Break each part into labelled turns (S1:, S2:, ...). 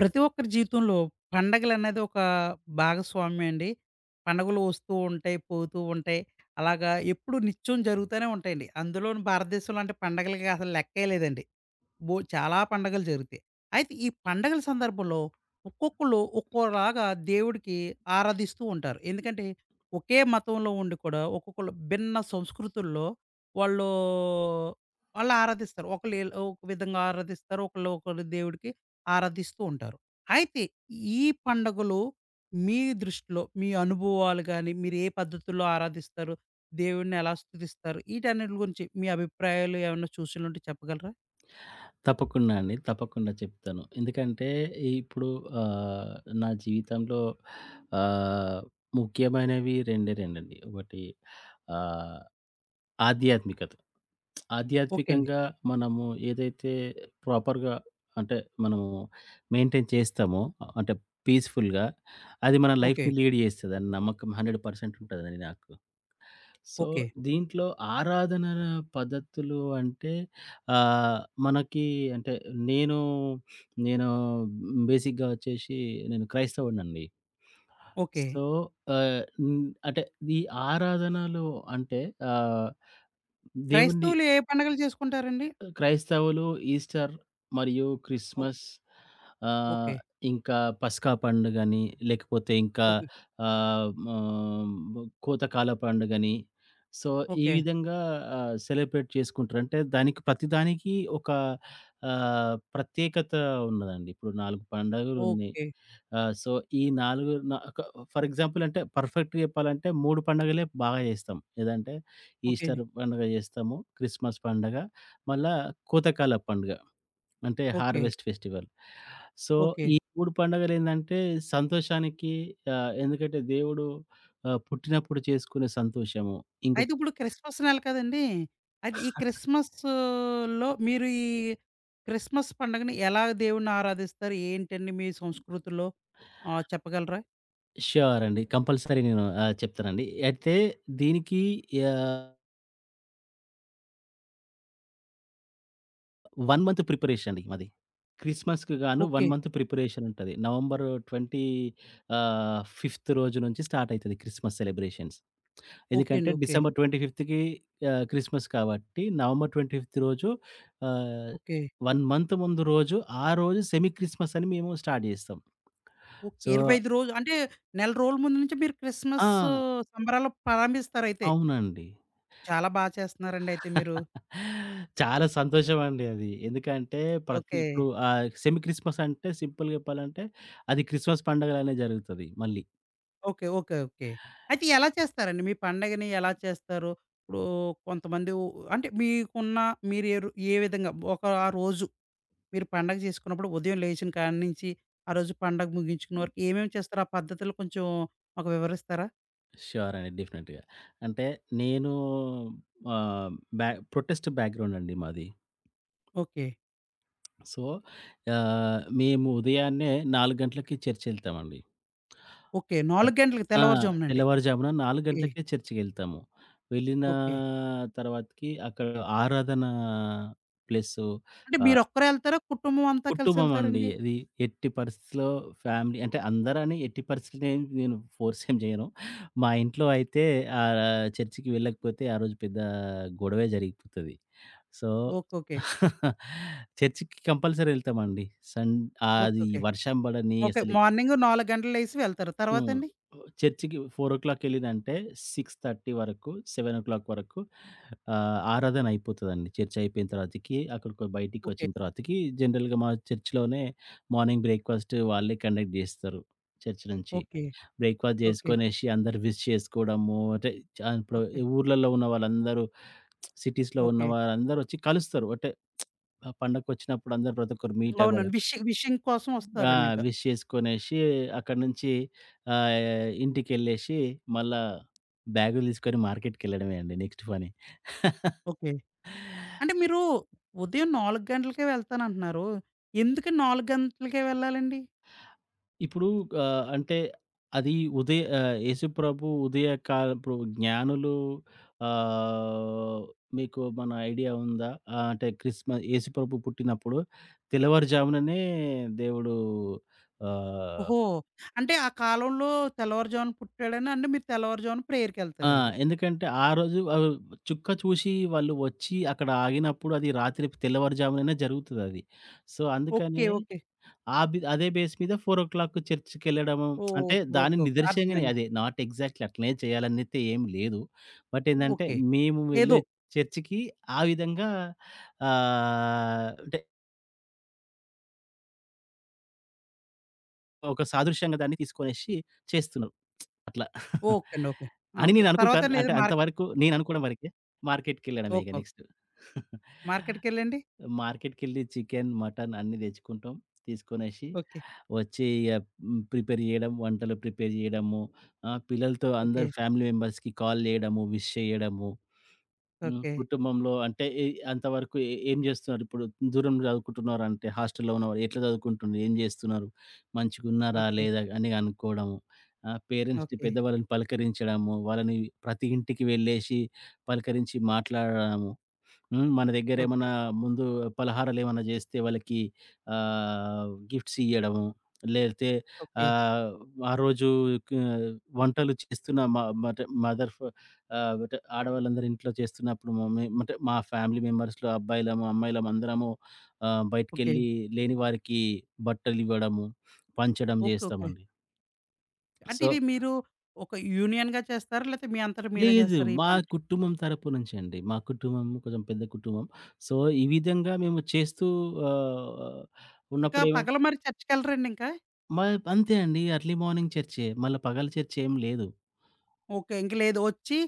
S1: ప్రతి ఒక్కరి జీవితంలో పండగలనేది ఒక భాగస్వామ్యం అండి. పండగలు వస్తూ ఉంటాయి, పోతూ ఉంటాయి. అలాగా ఎప్పుడు నిత్యం జరుగుతూనే ఉంటాయండి. అందులోను భారతదేశంలో అంటే పండగలకి అసలు లెక్కే లేదండి. చాలా పండగలు జరుగుతాయి. అయితే ఈ పండగల సందర్భంలో ఒక్కొక్కళ్ళు ఒక్కోలాగా దేవుడికి ఆరాధిస్తూ ఉంటారు. ఎందుకంటే ఒకే మతంలో ఉండి కూడా ఒక్కొక్కళ్ళు భిన్న సంస్కృతుల్లో వాళ్ళు, వాళ్ళు ఆరాధిస్తారు. ఒకళ్ళు ఒక విధంగా ఆరాధిస్తారు. ఒకళ్ళు ఒకళ్ళు దేవుడికి ఆరాధిస్తూ ఉంటారు. అయితే ఈ పండగలు మీ దృష్టిలో మీ అనుభవాలు గాని, మీరు ఏ పద్ధతుల్లో ఆరాధిస్తారు? దేవుడిని ఎలా స్తుతిస్తారు? ఈటన్నిటి గురించి మీ అభిప్రాయాలు ఏమన్నా చూసినలుంటే చెప్పగలరా?
S2: తప్పకుండా అండి. తప్పకుండా చెప్తాను. ఎందుకంటే ఇప్పుడు ఆహ్, నా జీవితంలో ఆహ్, ముఖ్యమైనవి రెండే రెండండి. ఒకటి ఆహ్, ఆధ్యాత్మికత.
S1: ఓకే అండి.
S2: ఆధ్యాత్మికంగా మనము ఏదైతే ప్రాపర్‌గా అంటే మనము మెయింటైన్ చేస్తామో అంటే పీస్‌ఫుల్‌గా అది మన
S1: ఓకే.
S2: లైఫ్‌ని లీడ్ చేస్తదని నమ్మకం 100% ఉంటదండి నాకు. So,
S1: okay.
S2: దీంట్లో ఆరాధన పద్ధతులు అంటే మనకి అంటే నేను, నేను బేసిక్‌గా వచ్చేసి నేను క్రైస్తవుడినండి.
S1: ఓకే.
S2: సో, అంటే ఈ ఆరాధనలు అంటే ఆహ్, దేవుణ్ణి
S1: క్రైస్తవులు ఏ పండుగలు చేసుకుంటారండి?
S2: క్రైస్తవులు ఈస్టర్ మరియు
S1: ఓ
S2: క్రిస్మస్ ఆహ్,
S1: ఓకే.
S2: ఇంకా పస్కా పండుగని, లేకపోతే ఇంకా
S1: ఓకే.
S2: ఆహ్, హ్మ్, కోతకాల పండుగని, సో, ఈ
S1: ఓకే.
S2: విధంగా సెలబ్రేట్ చేసుకుంటారు. అంటే దానికి ప్రతిదానికి ఒక ప్రత్యేకత ఉన్నదండి. ఇప్పుడు 4 పండుగలున్నాయి.
S1: ఓకే.
S2: సో, ఈ 4 న ఒక ఫర్ ఎగ్జాంపుల్ అంటే పర్ఫెక్ట్‌గా చెప్పాలంటే 3 పండుగలే బాగా చేస్తాం. ఏదంటే
S1: ఓకే.
S2: ఈస్టర్ పండుగ చేస్తాము, క్రిస్మస్ పండగ మళ్ళా కోతకాల పండుగ. అంటే
S1: okay.
S2: Harvest festival. So,
S1: okay.
S2: ఈ 3 పండుగలేందంటే సంతోషానికి ఎందుకంటే దేవుడు పుట్టినప్పుడు చేసుకునే సంతోషము. ఇంకొక
S1: అయితే ఇప్పుడు క్రిస్మస్ నెల కదండీ! అయితే ఈ క్రిస్మస్‌లో మీరు ఈ క్రిస్మస్ పండుగని ఎలా దేవుడిని ఆరాధిస్తారు? ఏంటండి మీ సంస్కృతిలో చెప్పగలరా?
S2: ష్యూర్ అండి. కంపల్సరీ నేను చెప్తానండి. అయితే దీనికి ఆహ్, 1 మంత్ ప్రిపరేషన్ అండి మాది. క్రిస్మస్‌కి గాను 1
S1: ఓకే.
S2: మంత్ ప్రిపరేషన్ ఉంటది. నవంబర్ 20 5థ్ రోజు నుంచి స్టార్ట్ అయితది క్రిస్మస్ సెలబ్రేషన్స్.
S1: ఓకే
S2: ఎందుకంటే
S1: అండి. ఓకే.
S2: డిసెంబర్ 25కి క్రిస్మస్ కాబట్టి నవంబర్ 25 రోజు ఆహ్,
S1: ఓకే.
S2: 1 మంత్ ముందు రోజు ఆ రోజు సెమీ క్రిస్మస్ అని మేము స్టార్ట్ చేస్తాం.
S1: ఓకే.
S2: సో,
S1: 25 రోజులు అంటే నెల రోజుల ముందు నుంచే మీరు
S2: ఆ,
S1: క్రిస్మస్ సంబరాలు ప్రారంభిస్తారయితే.
S2: అవునండి.
S1: చాలా బా చేస్తున్నారండి అయితే మీరు.
S2: చాలా సంతోషం అండి అది. ఎందుకంటే ప్రతి
S1: ఓకే.
S2: ఇప్పుడు సెమీ క్రిస్మస్ అంటే సింపుల్‌గా చెప్పాలంటే అది క్రిస్మస్ పండగలోనే జరుగుతది మళ్ళీ.
S1: ఓకే. ఓకే. ఓకే. అయితే ఎలా చేస్తారండి? మీ పండగని ఎలా చేస్తారు? ఇప్పుడు కొంతమంది అంటే మీకున్న మీరు ఏ విధంగా ఒక ఆ రోజు మీరు పండగ చేసుకున్నప్పుడు ఉదయం లేచిన కాడనుంచి, ఆ రోజు పండగ ముగించుకునే వరకు ఏమేమి చేస్తారో ఆ పద్ధతులు కొంచెం మాకు వివరిస్తారా?
S2: ష్యూర్ అండి. డెఫినెట్‌గా. అంటే నేను ఆహ్, బ్యా ప్రొటెస్ట్ బ్యాక్‌గ్రౌండ్ అండి మాది.
S1: ఓకే.
S2: సో, మేము ఉదయాన్నే 4 గంటలకి చర్చ్‌కెళ్తామండి.
S1: ఓకే.
S2: అట్
S1: 4 గంటలకి
S2: ఆ,
S1: తెల్లవారుజామునండి.
S2: తెల్లవారుజామున 4
S1: ఓకే.
S2: గంటలకే చర్చ్‌కెళ్తాము. వెళ్ళిన
S1: ఓకే.
S2: తర్వాతకి అక్కడ ఆరాధన ప్లస్సు
S1: అంటే
S2: ఆహ్,
S1: మీరొక్కరే ఎళ్తారా? కుటుంబం అంతా
S2: కుటుంబం అండి.
S1: కలిసెళ్తారండి?
S2: అది ఎట్టి పరిస్థితిలో ఫ్యామిలీ అంటే అందరని ఎట్టి పరిస్థితిలో ఏం నేను ఫోర్స్ ఏం చేయను. మా ఇంట్లో అయితే ఆహ్, చర్చ్‌కి వెళ్ళకపోతే ఆ రోజు పెద్ద గొడవే జరిగిపోతది. So,
S1: okay. ఓకే.
S2: చర్చి‌కి కంపల్సరీ ఎళ్తామండి. సన్
S1: ఓకే.
S2: అది
S1: ఓకే.
S2: వర్షం పడని
S1: ఓకే.
S2: అసలు
S1: మార్నింగ్ 4 గంటలు లేసి వెళ్తారు.
S2: హ్మ్.
S1: తర్వాతండి?
S2: చర్చి‌కి 4:00 ఎళ్ళిందంటే 6:30 వరకు, 7:00 వరకు ఆరాధన అయిపోతదండి. చర్చ్ అయిపోయిన తర్వాతకి అక్కడికి
S1: ఓకే.
S2: బయటికొచ్చిన తర్వాతకి జనరల్‌గా మా చర్చ్‌లోనే మార్నింగ్ బ్రేక్‌ఫాస్ట్ వాళ్ళే కండక్ట్ జేస్తారు చర్చ్ నుంచి.
S1: ఓకే.
S2: Breakfast
S1: okay.
S2: జేసుకొనేసి అందరూ విష్ చేసుకోవడము. అంటే ఇప్పుడు
S1: ఓకే.
S2: ఈ ఊర్లలో ఉన్న వాళ్ళందరూ సిటీస్‌లో ఉన్న
S1: ఓకే.
S2: వారందరొచ్చి కలుస్తారు. అంటే ఆ పండగకొచ్చినప్పుడు అందరూ ప్రతి ఒక్కరు మీట్ అవ్వడం.
S1: అవునండి. ఫిషింగ్ ఫిషింగ్ కోసం
S2: ఆ,
S1: వస్తారండింక.
S2: విష్ చేసుకొనేసి అక్కడి నుంచి ఆహ్, ఇంటికెళ్ళేసి మళ్ళా బ్యాగులు తీసుకొని మార్కెట్‌కెళ్ళడమే అండి నెక్స్ట్ పని.
S1: ఓకే. అంటే మీరు ఉదయం 4 గంటలకే వెళ్తానంటున్నారు. ఎందుకు 4 గంటలకే వెళ్ళాలండి?
S2: ఇప్పుడు అంటే అది యేసుప్రభు ఉదయ కాల ఇప్పుడు జ్ఞానులు ఆహ్, మీకు మన ఐడియా ఉందా? అంటే యేసుప్రభు పుట్టినప్పుడు తెల్లవారుజాముననే దేవుడు ఆహ్,
S1: ఓహో! అంటే ఆ కాలంలో తెల్లవారుజామున పుట్టాడని అంటే మీరు తెల్లవారుజామున
S2: ఆ,
S1: ప్రేయర్‌కెళ్తారండి.
S2: ఎందుకంటే ఆ రోజు చుక్క చూసి వాళ్ళు వచ్చి అక్కడ ఆగినప్పుడు అది రాత్రి తెల్లవారుజాముననే జరుగుతదది. So,
S1: okay. ఓకే.
S2: అందుకనే
S1: ఓకే.
S2: ఆ బి అదే బేస్ మీద 4:00 చర్చ్‌కెళ్ళడము అంటే
S1: ఓకే.
S2: దాని
S1: ఓకే.
S2: నిదర్శనంగానే
S1: అర్థమైంది.
S2: అదే నాట్ ఎగ్జాక్ట్‌లీ అట్లనే చేయాలనైతే ఏం లేదు. బట్ ఏందంటే
S1: ఓకే.
S2: మేము
S1: ఏదో
S2: వెళ్ళే చర్చ్‌కి ఆ విధంగా అంటే ఒక సాదృశ్యంగా దాన్ని తీసుకొనేసి చేస్తున్నారు అట్లా.
S1: ఓకే అండి. ఓకే. ఆ!
S2: అని
S1: ఓకే.
S2: నేననుకుంటాను.
S1: తర్వాతండి ఏదో
S2: అంటే అంతవరకు నేననుకోవడం వరకే. మార్కెట్‌కెళ్ళడమే
S1: ఓకే.
S2: ఇగ
S1: ఓకే.
S2: నెక్స్ట్.
S1: మార్కెట్‌కెళ్ళండి?
S2: మార్కెట్‌కెళ్ళి చికెన్, మటన్ అన్నీ తెచ్చుకుంటాం. తీసుకొనేసి
S1: ఓకే.
S2: వచ్చి ఇగ హ్మ్, ప్రిపేర్ జేయడం, వంటలు ప్రిపేర్ జేయడము, పిల్లలతో
S1: ఓకే.
S2: అందరు ఫ్యామిలీ మెంబర్స్‌కి కాల్ జేయడము, విష్ చేయడము. హ్మ్,
S1: ఓకే.
S2: కుటుంబంలో అంటే అంతవరకు ఏ ఏం జేస్తున్నారు? ఇప్పుడు దూరం చదువుకుంటున్నారు అంటే హాస్టల్‌లో ఉన్నవారు ఎట్లా చదువుకుంటున్నారు? ఏం జేస్తున్నారు? మంచిగున్నారా?
S1: ఓకే.
S2: లేదా? అని అనుకోవడము. పేరెంట్స్‌ని
S1: ఓకే.
S2: పెద్దవాళ్ళని పలకరించడము, వాళ్ళని ప్రతి ఇంటికి వెళ్ళేసి పలకరించి మాట్లాడడము. హ్మ్. మన
S1: ఓకే.
S2: దగ్గరేమన్నా ముందు పలహారాలేమన్నా జేస్తే వాళ్ళకి గిఫ్ట్స్ ఇయ్యడము, లేతే
S1: ఓకే.
S2: ఆహ్, ఆ రోజు క వంటలు చేస్తున్న మ మటె మదర్ ఫ ఆహ్, బట ఆడవాళ్ళందరూ ఇంట్లో చేస్తున్నప్పుడు మమ్మీ అంటే మా ఫ్యామిలీ మెంబర్స్‌లో అబ్బాయిలము, అమ్మాయిలము అందరము
S1: ఓకే.
S2: బయటికెళ్ళి లేని వారికి బట్టలివ్వడము, పంచడం
S1: ఓకే. ఓకే.
S2: జేస్తామండి.
S1: అంటే
S2: సో,
S1: ఇవి మీరు ఒక యూనియన్‌గా చేస్తారా? లేతే మీ అంతట మీరే
S2: లేదు.
S1: చేస్తారా ఈ పంటలు?
S2: కుటుంబం తరపు నుంచండి. మా కుటుంబం కొంచెం పెద్ద కుటుంబం. సో, ఈ విధంగా మేము చేస్తూ ఆహ్,
S1: ఇంకా
S2: ఉన్నప్పుడు ఏమైతే
S1: పగలు మరి చర్చ్‌కెళ్ళరండి ఇంకా?
S2: మా అంతే అండి. ఎర్లీ మార్నింగ్ చర్చే. మళ్ళా పగలు చర్చ ఏం లేదు.
S1: ఓకే. ఇంక లేదు వచ్చి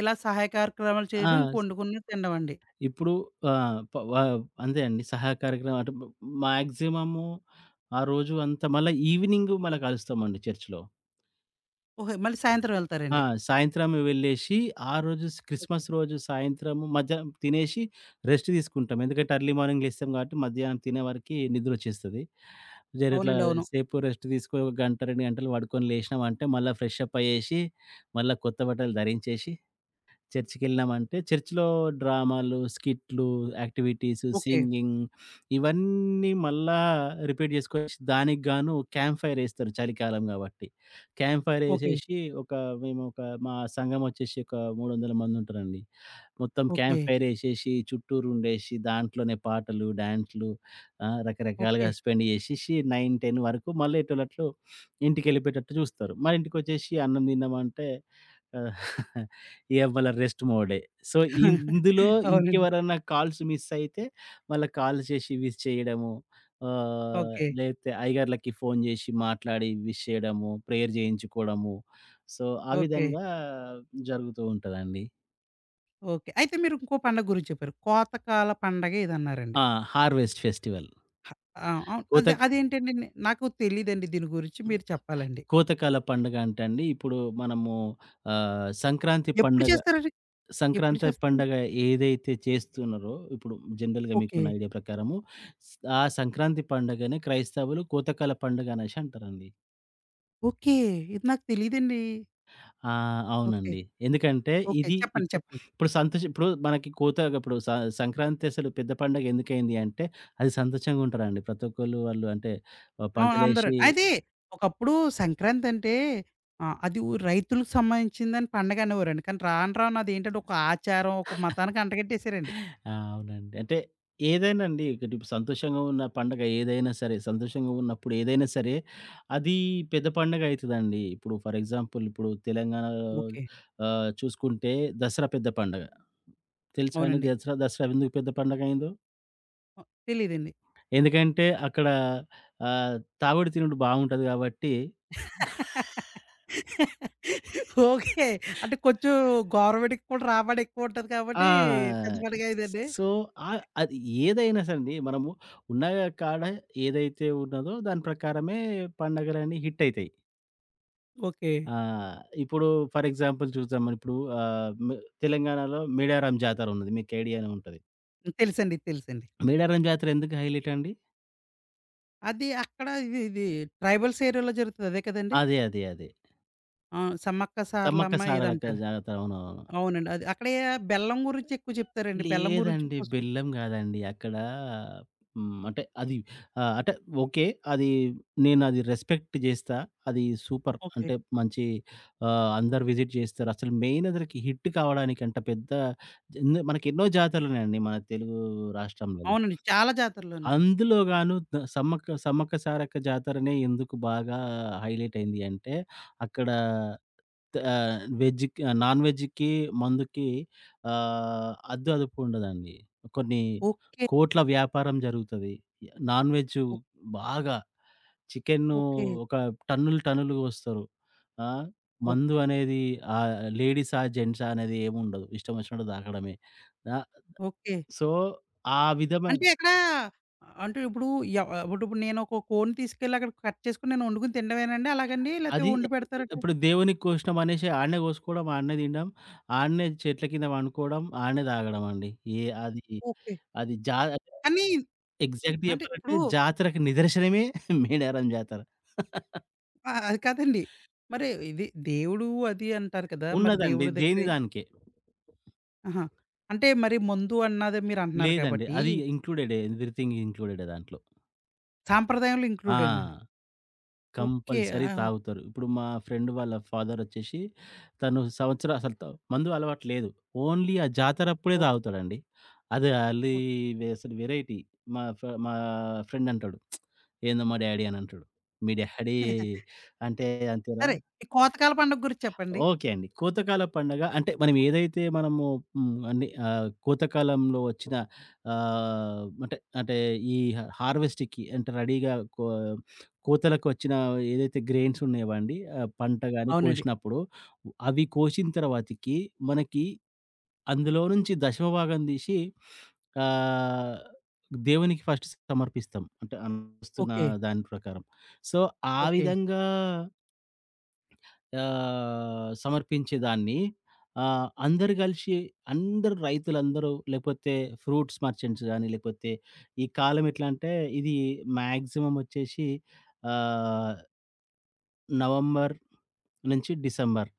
S1: ఇలా సహాయ కార్యక్రమాలు చేయడం, ఇంక
S2: ఆ,
S1: వండుకుని తినడం అండి.
S2: ఇప్పుడు ఆహ్, ప వ అంతే అండి. సహాయ కార్యక్రమం అంటే మాక్సిమము ఆ రోజు అంతా మళ్ళా ఈవినింగ్ మళ్ళా కలుస్తామండి చర్చ్‌లో.
S1: ఓహో! మళ్ళీ సాయంత్రం
S2: ఆ,
S1: వెళ్తారండి.
S2: సాయంత్రం వెళ్ళేసి, ఆ రోజు
S1: ఓకే.
S2: క్రిస్మస్ రోజు సాయంత్రం మధ్యాహ్నం తినేసి రెస్ట్ తీసుకుంటాం. ఎందుకంటే ఎర్లీ మార్నింగ్ లేస్తాం కాబట్టి మధ్యాహ్నం తినే వరకి నిద్రొచ్చేస్తది. జర ఇట్లా
S1: అవునండి. అవును.
S2: సేపు రెస్ట్ తీసుకొని ఒక గంట, 2 గంటలు పడుకొని లేసినామంటే మళ్ళా ఫ్రెష్ అప్ అయ్యేసి, మళ్ళా కొత్త బట్టలు ధరించేసి చర్చికెళ్ళామంటే చర్చ్‌లో డ్రామాలు, స్కిట్‌లు, యాక్టివిటీస్,
S1: ఓకే.
S2: సింగింగ్ ఇవన్నీ మళ్ళా రిపీట్ జేసుకోవచ్చు. దానికి గాను క్యాంప్ ఫైర్ ఏస్తారు చలికాలం గాబట్టి. Camp fire
S1: okay.
S2: ఏసేసి ఒక మేము ఒక మా సంఘం ఒచ్చేసి ఒక 300 మంది ఉంటారండి. మొత్తం
S1: ఓకే.
S2: క్యాంప్ ఫైర్ ఏసేసి చుట్టూరుండేసి దాంట్లోనే పాటలు, డాన్స్‌లు
S1: ఓకే.
S2: రకరకాలుగా స్పెండ్ జేసేసి 9, 10 వరకు మళ్ళీ ఎటోలట్లు ఇంటికెళ్ళిపోయేటట్టు జూస్తారు. మరి ఇంటికొచ్చేసి అన్నం తిన్నామంటే ఆహ్, ఇగ మళ్ళ రెస్ట్ మోడే. సో, ఇందులో
S1: అవునండి.
S2: ఇంకెవరన్నా కాల్స్ మిస్ అయితే మళ్ళా కాల్ చేసి విష్ చేయడము.
S1: ఓకే.
S2: లేతే అయ్యగార్లకి ఫోను జేసి మాట్లాడి విష్ చేయడము, ప్రేయర్ జేయించుకోవడము. సో, ఆ
S1: ఓకే.
S2: విధంగా జరుగుతూ ఉంటదండి.
S1: ఓకే. అయితే మీరు ఇంకో పండగ గురించి చెప్పారు. కోతకాల పండగ ఇదన్నారండి.
S2: ఆ, హార్వెస్ట్ ఫెస్టివల్.
S1: హ ఆ! అవును.
S2: కోత
S1: అదే అదేంటండి? నాకు తెలీదండి దీని గురించి మీరు చెప్పాలండి.
S2: కోతకాల పండుగ అంటే అండి ఇప్పుడు మనము ఆహ్, సంక్రాంతి
S1: ఎప్పుడు
S2: పండగ
S1: చేస్తారండి? ఎప్పుడు
S2: సంక్రాంతి
S1: చేస్తారండి?
S2: పండగ ఏదైతే చేస్తున్నారో, ఇప్పుడు జనరల్‌గా
S1: ఓకే.
S2: మీకున్న ఐడియా ప్రకారము స్ ఆ సంక్రాంతి పండగనే క్రైస్తవులు కోతకాల పండుగ అనేసి అంటారండి.
S1: ఓకే. ఇది నాకు తెలీదండి.
S2: ఆ,
S1: ఓకే.
S2: అవునండి. ఎందుకంటే
S1: ఓకే.
S2: ఇది
S1: చెప్పండి.
S2: ఇప్పుడు,
S1: చెప్పండి.
S2: ఇప్పుడు సంతోషం ఇప్పుడు మనకి కోత ఇప్పుడు స సంక్రాంతి అసలు పెద్ద పండగ ఎందుకయింది అంటే, అది సంతోషంగా ఉంటారండి. ప్రతి ఒక్కళ్ళు వాళ్ళు అంటే
S1: ఆ!
S2: పంటలేసి
S1: అందరండి. అయితే ఒకప్పుడు సంక్రాంతంటే అది రైతులకు సంబంధించిందని పండగ అనేవారండి. కానీ రాను రాను అదేంటంటే ఒక ఆచారం, ఒక మతానికి అంటగట్టేసారండి.
S2: ఆ, అవునండి. అంటే ఏదైనా అండి ఇక్కడ ఇప్పుడు సంతోషంగా ఉన్న పండగ ఏదైనా సరే, సంతోషంగా ఉన్నప్పుడు ఏదైనా సరే, అది పెద్ద పండగ అయితదండి. ఇప్పుడు ఫర్ ఎగ్జాంపుల్ ఇప్పుడు తెలంగాణలో
S1: ఓకే.
S2: చూసుకుంటే దసరా పెద్ద పండగ. తెలుసా అండి
S1: అవునండి.
S2: దసరా? దసరా ఎందుకు పెద్ద పండగ అయిందో?
S1: తెలీదండి.
S2: ఎందుకంటే అక్కడ ఆహ్, తాగుడు, తినుడు బావుంటది కాబట్టి
S1: ఓకే. అంటే కొంచెం గవర్నమెంట్‌కి కూడా రాబడి ఎక్కువుంటది కాబట్టి
S2: ఆ,
S1: పెద్ద పండగ ఇదండి.
S2: సో, అది ఏదైనా సరే అండి. మనము ఉన్న కాడ ఏదైతే ఉన్నదో దాని ప్రకారమే పండగలన్నీ హిట్టయితాయి.
S1: ఓకే.
S2: ఆహ్, ఇప్పుడు ఫర్ ఎగ్జాంపుల్ చూద్దామని ఇప్పుడు ఆహ్, మ్ తెలంగాణలో మేడారం జాతరున్నది. మీకు ఐడియానే ఉంటది.
S1: తెలుసండి. తెలుసండి.
S2: మేడారం జాతర ఎందుకు హైలైట్ అండి?
S1: అది అక్కడ ఇది ఇది ట్రైబల్స్ ఏరియాలో జరుగుతది అదే కదండీ!
S2: అదే.
S1: ఆ! సమ్మక్క సారలమ్మ
S2: సారలక్క
S1: ఇదంటారు.
S2: జాతర. అవునవును.
S1: అవునండి. అది అక్కడే బెల్లం గురించి ఎక్కువ చెప్తారండి. బెల్లం గురించి
S2: లేదండి.
S1: పసుపు
S2: బెల్లం గాదండి. అక్కడ హ్మ్. అంటే అది ఆహ్, అంటే ఓకే. అది నేనది రెస్పెక్ట్ జేస్తా. అది సూపర్.
S1: ఓకే.
S2: అంటే మంచి అందరూ విజిట్ జేస్తారు. అసలు మెయిన్ అదరికి హిట్ కావడానికి అంట పెద్ద మనకెన్నో జాతరలున్నాయండి మన తెలుగు రాష్ట్రంలలో.
S1: అవునండి. చాలా జాతరలోనండి.
S2: అందులో గాను ద సమ్మక్క సమ్మక్క సారక్క జాతరనే ఎందుకు బాగా హైలైట్ అయింది అంటే అక్కడ వెజ్‌కి నాన్ వెజ్‌కి, మందుకి ఆహ్, అద్దు అదుపు ఉండదండి. కొన్ని
S1: ఓకే.
S2: కోట్ల వ్యాపారం జరుగుతది. నాన్ వెజ్
S1: ఓ
S2: బాగా చికెను
S1: ఓకే.
S2: ఒక టన్నులు టన్నులు కోస్తారు. ఆ, మందు
S1: ఓకే.
S2: అనేది ఆహ్, లేడీసా, జెంట్సా అనేది ఏముండదు. ఇష్టం వచ్చినట్టు తాగడమే. ఆహ్,
S1: ఓకే.
S2: సో, ఆ విధమైన
S1: అంటే అక్కడ అంటే ఇప్పుడు ఎవ ఇప్పుడు నేను ఒక కోడిని తీసుకెళ్ళి అక్కడ కట్ చేసుకొని నేను వండుకొని తినడమేనండి అలాగండి? లేతే
S2: అది
S1: వండి పెడతారట?
S2: ఇప్పుడు దేవునికి కోసినాం అనేసి ఆడనే కోసుకోవడం, ఆడనే తినడం, ఆడనే చెట్ల కింద పండుకోవడం, ఆడనే తాగడం అండి. ఏ అది
S1: ఓకే.
S2: అది జా
S1: కానీ
S2: ఎగ్జాక్ట్‌గా
S1: అంటే
S2: చెప్పాలంటే
S1: ఇప్పుడు
S2: జాతరకు నిదర్శనమే మేడారం జాతర.
S1: ఆ! అది కాదండి. మరి ఇది దేవుడు అది అంటారు కదా! మరి
S2: ఉన్నదండి.
S1: దేవుడి దగ్గర
S2: దేని దానికే.
S1: ఆహా! అంటే మరి మందు అన్నది మీరంటున్నారు
S2: లేదండి.
S1: కాబట్టి
S2: అది ఇంక్లూడెడే. ఎవ్రీథింగ్ ఇంక్లూడెడే దాంట్లో.
S1: సాంప్రదాయంలో ఇంక్లూడేనండి.
S2: ఆ,
S1: ఓకే.
S2: కంపల్సరీ
S1: ఆ!
S2: తాగుతారు. ఇప్పుడు మా ఫ్రెండ్ వాళ్ళ ఫాదరొచ్చేసి తను సంవత్సరం అసలు త మందు అలవాటు లేదు. ఓన్లీ ఆ జాతరప్పుడే
S1: ఓకే.
S2: తాగుతాడండి. అది ఆళ్ళీ
S1: ఓకే.
S2: అసలు వెరైటీ. మా ఫ్రెండ్ అంటాడు. "ఏందో మా డ్యాడీ" అని అంటాడు. "మీ డ్యాడీ అంటే అంతేనా?"
S1: సరే ఈ కోతకాల పండుగ గురించి చెప్పండి?
S2: ఓకే అండి. కోతకాల పండగ అంటే మనం ఏదైతే మనము హ్మ్. అన్ని కోతకాలంలో వచ్చిన ఆహ్, అంటే అంటే ఈ హార్వెస్ట్‌కి అంటే రెడీగా కోతలకు వచ్చిన ఏదైతే గ్రెయిన్స్ ఉన్నాయో అండి. పంట గాని
S1: అవునండి.
S2: కోసినప్పుడు అవి కోసిన తర్వాతకి మనకి అందులో నుంచి దశమ భాగం తీసి ఆహ్, దేవునికి ఫస్ట్ సమర్పిస్తాం. అంటే అనుస్తున్న
S1: ఓకే.
S2: దాని ప్రకారం. సో, ఆ
S1: ఓకే.
S2: విధంగా సమర్పించేదాన్ని అందరూ కలిసి అందరూ రైతులందరూ లేకపోతే ఫ్రూట్స్ మర్చెంట్స్ గాని, లేకపోతే ఈ కాలం ఎట్లా అంటే ఇది మాక్సిమం వచ్చేసి ఆహ్, నవంబర్ నుంచి డిసెంబర్.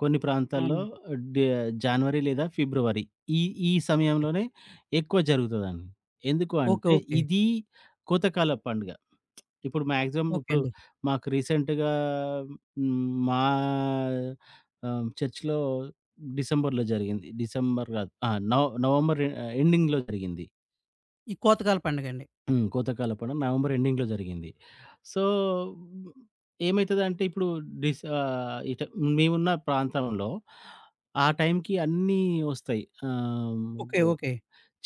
S2: కొన్ని ప్రాంతాల్లో
S1: అవునండి.
S2: డి జనవరి లేదా ఫిబ్రవరి. ఈ ఈ
S1: ఓకే.
S2: సమయంలోనే ఎక్కువ జరుగుతదండి. ఎందుకు
S1: ఓకే.
S2: అంటే
S1: ఓకే.
S2: ఇది కోతకాల పండుగ. ఇప్పుడు మాక్సిమం
S1: ఓకే
S2: ఇప్పుడు
S1: అండి.
S2: మాకు రీసెంట్‌గా హ్మ్, మా చర్చ్‌లో డిసెంబర్‌లో జరిగింది. డిసెంబర్ కాదు. ఆ, నవంబర్ ఎండింగ్‌లో జరిగింది.
S1: ఈ కోతకాల పండుగండి.
S2: హ్మ్. కోతకాల పండుగ నవంబర్ ఎండింగ్‌లో జరిగింది. సో, ఏమైతదంటే ఇప్పుడు డిస్ ఆహ్, ఇట మేమున్న ప్రాంతంలో ఆ టైంకి అన్నీ ఒస్తాయి. ఆహ్,
S1: ఓకే.
S2: ఓ
S1: ఓకే.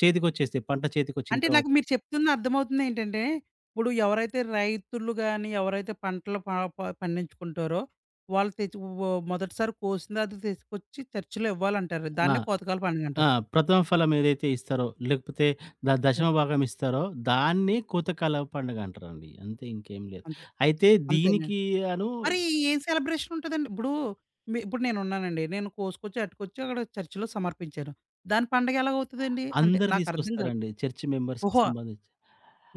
S2: చేతికొచ్చేస్తాయి. పంట చేతికొచ్చిన
S1: అంటే
S2: తర్వాత
S1: నాకు మీరు చెప్తుంది అర్థమవుతుంది ఏంటంటే, ఇప్పుడు ఎవరైతే రైతులు గాని, ఎవరైతే పంటలు ప ప పండించుకుంటారో వాళ్ళు తెచ్చి వ మొదటిసారి కోసింది అది తీసుకొచ్చి చర్చిలో ఇవ్వాలంటారు.
S2: ఆ,
S1: దాన్నే కోతకాల
S2: ఆ,
S1: పండుగంటారు.
S2: ప్రథమ ఫలం ఏదైతే ఇస్తారో, లేకపోతే దశమ
S1: ఓహ్!
S2: భాగం ఇస్తారో దాన్నే కోతకాల పండుగ అంటారండి. అంతే ఇంకేం లేదు.
S1: అంతే.
S2: అయితే
S1: అంతేనా?
S2: దీనికి అను
S1: మరి ఏం సెలబ్రేషన్ ఉంటదండి? ఇప్పుడు మీ ఇప్పుడు నేనున్నానండి. నేను కోసుకొచ్చి, అట్టుకొచ్చి అక్కడ చర్చిలో సమర్పించాను. దాని పండగ ఎలాగవుతదండి? అంటే
S2: అందరూ
S1: నాకర్థం కాలే.
S2: తీసుకొస్తారండి. చర్చ్ మెంబర్స్‌కి
S1: ఓహో!
S2: సంబంధించి.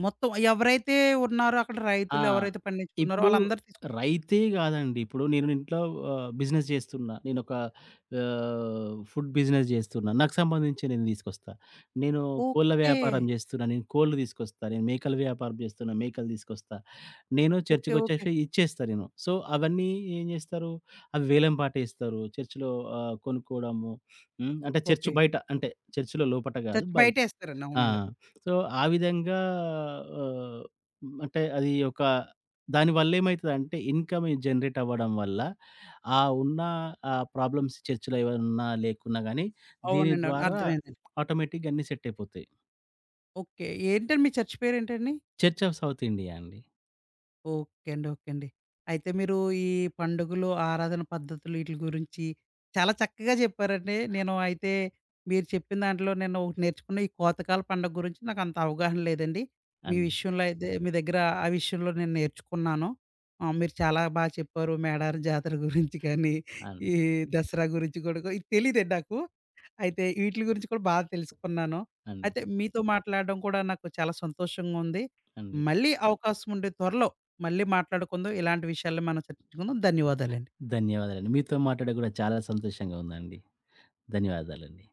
S1: మొత్తం ఎవరైతే ఉన్నారో అక్కడ
S2: ఆ,
S1: రైతులు ఎవరైతే పండించుకున్నారో
S2: ఇప్పుడు
S1: ఆళ్ళందరూ తీసుకొ
S2: రైతే గాదండి. ఇప్పుడు నేను ఇంట్లో బిజినెస్ జేస్తున్నా. నేనొక ఫుడ్ బిజినెస్ జేస్తున్నా. నాకు సంబంధించి నేను తీసుకొస్తా. నేను కోళ్ళ
S1: ఓకే.
S2: వ్యాపారం జేస్తున్నా. నేను కోళ్ళు తీసుకొస్తా. నేను మేకల వ్యాపారం జేస్తున్నా. మేకలు తీసుకొస్తా. నేను
S1: ఓకే. ఓకే.
S2: చర్చ్‌కొచ్చేసి ఇచ్చేస్తా నేను. సో, అవన్నీ ఏం జేస్తారు, అవి వేలం పాటేస్తారు. చర్చ్‌లో కొనుక్కోవడము. హ్మ్. అంటే చర్చ్
S1: ఓకే.
S2: బయట అంటే చర్చ్‌లో లోపట గాదు.
S1: చర్చ్
S2: బయట.
S1: బయటేస్తారండి.
S2: ఆ,
S1: అవునండి.
S2: సో, ఆ విధంగా ఆహ్, అంటే అది ఒక దానివల్ల ఏమైతదంటే ఇన్‌కమ్ జనరేట్ అవ్వడం వల్ల ఉన్న ఆ ప్రాబ్లమ్స్ చర్చ్‌లో ఏవన్నా లేకున్నా గానీ దీని
S1: అవునండి. అవును.
S2: ద్వారా
S1: అర్థమైందండి.
S2: ఆటోమేటిక్‌గా అన్నీ సెట్ అయిపోతాయి.
S1: ఓకే. ఏంటండి మీ చర్చ్ పేరేంటండి?
S2: చర్చ్ ఆఫ్ సౌత్ ఇండియా అండి.
S1: ఓకే అండి. ఓకే అండి. అయితే మీరు ఈ పండుగలు, ఆరాధన పద్ధతులు వీటిలి గురించి చాలా చక్కగా చెప్పారండి. నేను అయితే మీరు చెప్పిన దాంట్లో నేను ఒకటి నేర్చుకున్న ఈ కోతకాల పండుగ గురించి నాకంత అవగాహన లేదండి. మీ
S2: అండి.
S1: విషయంలో అయితే మీ దగ్గర ఆ విషయంలో నేను నేర్చుకున్నాను. మీరు చాలా బాగా చెప్పారు. మేడారం జాతర గురించి కానీ,
S2: అండి.
S1: ఈ దసరా గురించి కూడా ఇది తెలీదండి నాకు. అయితే వీట్లి గురించి కూడా బాగా తెలుసుకున్నాను.
S2: అండి.
S1: అయితే మీతో మాట్లాడడం కూడా నాకు చాలా సంతోషంగా ఉంది.
S2: అండి.
S1: మళ్ళీ అవకాశం ఉంటే త్వరలో మళ్ళీ మాట్లాడుకుందాం. ఇలాంటి విషయాల్ని మనం చర్చించుకుందాం. ధన్యవాదాలండి.
S2: ధన్యవాదాలండి. మీతో మాట్లాడడం గూడా చాలా సంతోషంగా ఉందండి. ధన్యవాదాలండి.